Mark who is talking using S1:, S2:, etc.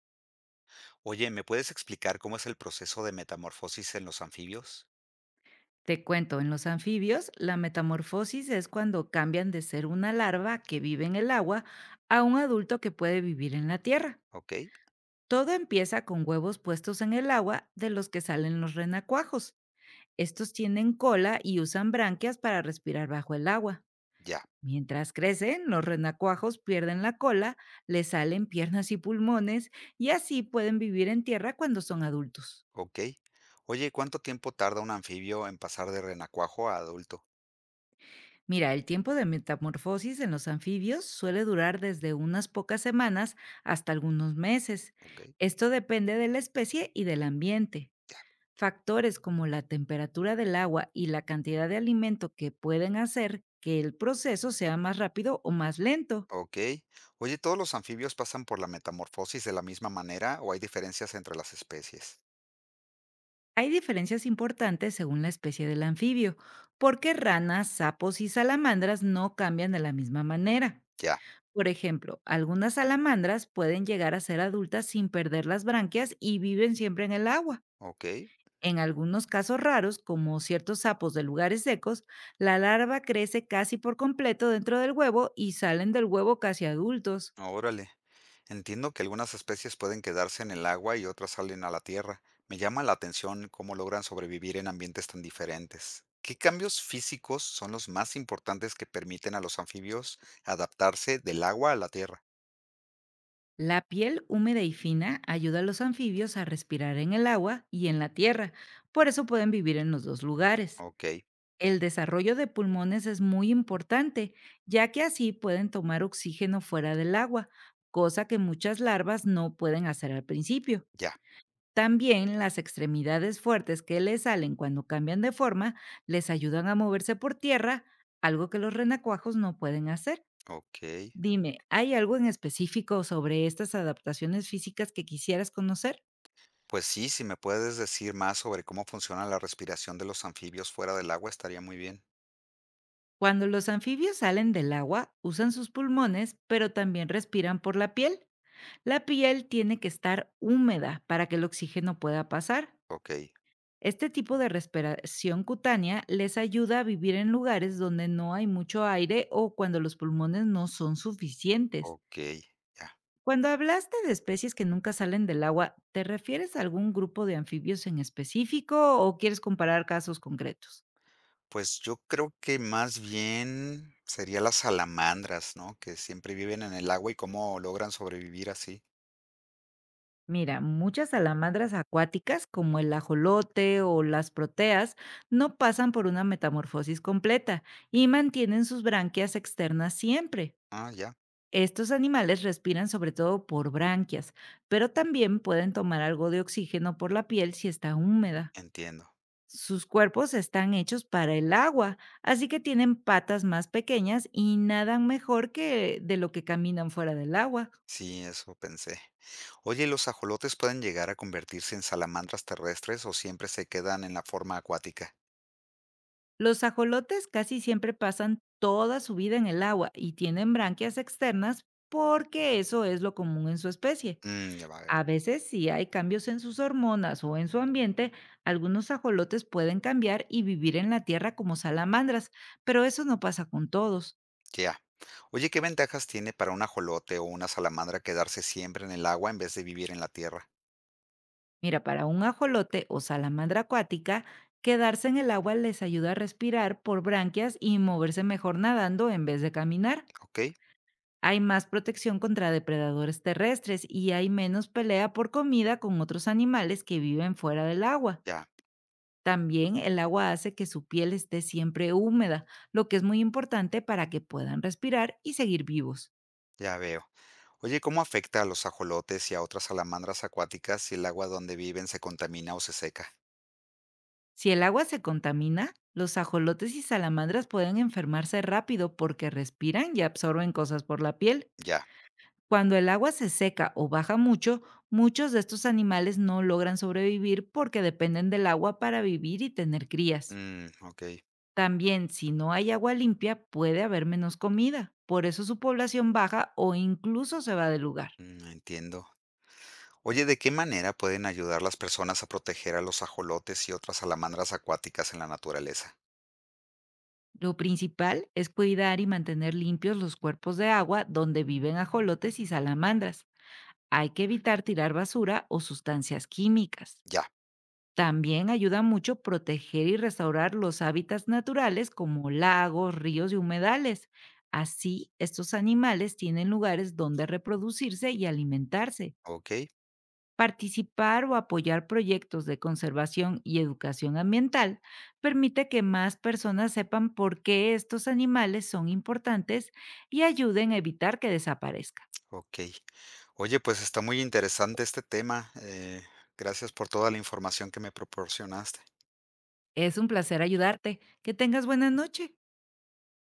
S1: Oye, ¿me puedes explicar cómo es el proceso de metamorfosis en los anfibios?
S2: Te cuento, en los anfibios, la metamorfosis es cuando cambian de ser una larva que vive en el agua a un adulto que puede vivir en la tierra.
S1: Ok,
S2: Todo empieza con huevos puestos en el agua de los que salen los renacuajos. Estos tienen cola y usan branquias para respirar bajo el agua.
S1: ya,
S2: Mientras crecen, los renacuajos pierden la cola, les salen piernas y pulmones y así pueden vivir en tierra cuando son adultos.
S1: ok. Oye, ¿cuánto tiempo tarda un anfibio en pasar de renacuajo a adulto?
S2: Mira, el tiempo de metamorfosis en los anfibios suele durar desde unas pocas semanas hasta algunos meses.
S1: Ok,
S2: Esto depende de la especie y del ambiente.
S1: ya,
S2: Factores como la temperatura del agua y la cantidad de alimento que pueden hacer que el proceso sea más rápido o más lento.
S1: ok. Oye, ¿todos los anfibios pasan por la metamorfosis de la misma manera o hay diferencias entre las especies?
S2: Hay diferencias importantes según la especie del anfibio, porque ranas, sapos y salamandras no cambian de la misma manera.
S1: Ya,
S2: Por ejemplo, algunas salamandras pueden llegar a ser adultas sin perder las branquias y viven siempre en el agua.
S1: ok.
S2: En algunos casos raros, como ciertos sapos de lugares secos, la larva crece casi por completo dentro del huevo y salen del huevo casi adultos.
S1: Ah, órale. Entiendo que algunas especies pueden quedarse en el agua y otras salen a la tierra. Me llama la atención cómo logran sobrevivir en ambientes tan diferentes. ¿Qué cambios físicos son los más importantes que permiten a los anfibios adaptarse del agua a la tierra?
S2: La piel húmeda y fina ayuda a los anfibios a respirar en el agua y en la tierra, por eso pueden vivir en los dos lugares.
S1: Ok,
S2: El desarrollo de pulmones es muy importante, ya que así pueden tomar oxígeno fuera del agua, cosa que muchas larvas no pueden hacer al principio.
S1: ya,
S2: También las extremidades fuertes que les salen cuando cambian de forma les ayudan a moverse por tierra, algo que los renacuajos no pueden hacer.
S1: ok.
S2: Dime, ¿hay algo en específico sobre estas adaptaciones físicas que quisieras conocer?
S1: Pues sí, si me puedes decir más sobre cómo funciona la respiración de los anfibios fuera del agua, estaría muy bien.
S2: Cuando los anfibios salen del agua, usan sus pulmones, pero también respiran por la piel. La piel tiene que estar húmeda para que el oxígeno pueda pasar.
S1: Ok,
S2: Este tipo de respiración cutánea les ayuda a vivir en lugares donde no hay mucho aire o cuando los pulmones no son suficientes.
S1: ok, ya.
S2: Cuando hablaste de especies que nunca salen del agua, ¿te refieres a algún grupo de anfibios en específico o quieres comparar casos concretos?
S1: Pues yo creo que más bien sería las salamandras, ¿no? Que siempre viven en el agua y cómo logran sobrevivir así.
S2: Mira, muchas salamandras acuáticas, como el ajolote o las proteas, no pasan por una metamorfosis completa y mantienen sus branquias externas siempre.
S1: Ah, ya,
S2: Estos animales respiran sobre todo por branquias, pero también pueden tomar algo de oxígeno por la piel si está húmeda.
S1: entiendo.
S2: Sus cuerpos están hechos para el agua, así que tienen patas más pequeñas y nadan mejor que de lo que caminan fuera del agua.
S1: Sí, eso pensé. Oye, ¿y ¿los ajolotes pueden llegar a convertirse en salamandras terrestres o siempre se quedan en la forma acuática?
S2: Los ajolotes casi siempre pasan toda su vida en el agua y tienen branquias externas porque eso es lo común en su especie.
S1: Mm, ya veo.
S2: A veces, si hay cambios en sus hormonas o en su ambiente, algunos ajolotes pueden cambiar y vivir en la tierra como salamandras, pero eso no pasa con todos.
S1: Ya. Oye, ¿qué ventajas tiene para un ajolote o una salamandra quedarse siempre en el agua en vez de vivir en la tierra?
S2: Mira, para un ajolote o salamandra acuática, quedarse en el agua les ayuda a respirar por branquias y moverse mejor nadando en vez de caminar.
S1: Ok,
S2: Hay más protección contra depredadores terrestres y hay menos pelea por comida con otros animales que viven fuera del agua.
S1: ya,
S2: También el agua hace que su piel esté siempre húmeda, lo que es muy importante para que puedan respirar y seguir vivos.
S1: ya veo. Oye, ¿cómo afecta a los ajolotes y a otras salamandras acuáticas si el agua donde viven se contamina o se seca?
S2: Si el agua se contamina, los ajolotes y salamandras pueden enfermarse rápido porque respiran y absorben cosas por la piel.
S1: Ya.
S2: Cuando el agua se seca o baja mucho, muchos de estos animales no logran sobrevivir porque dependen del agua para vivir y tener crías.
S1: Mm, ok.
S2: También, si no hay agua limpia, puede haber menos comida. Por eso su población baja o incluso se va del lugar.
S1: Mm, entiendo. Oye, ¿de qué manera pueden ayudar las personas a proteger a los ajolotes y otras salamandras acuáticas en la naturaleza?
S2: Lo principal es cuidar y mantener limpios los cuerpos de agua donde viven ajolotes y salamandras. Hay que evitar tirar basura o sustancias químicas.
S1: Ya.
S2: También ayuda mucho proteger y restaurar los hábitats naturales como lagos, ríos y humedales. Así, estos animales tienen lugares donde reproducirse y alimentarse.
S1: Ok.
S2: Participar o apoyar proyectos de conservación y educación ambiental permite que más personas sepan por qué estos animales son importantes y ayuden a evitar que desaparezcan.
S1: Ok. Oye, pues está muy interesante este tema. Gracias por toda la información que me proporcionaste.
S2: Es un placer ayudarte. Que tengas buena noche.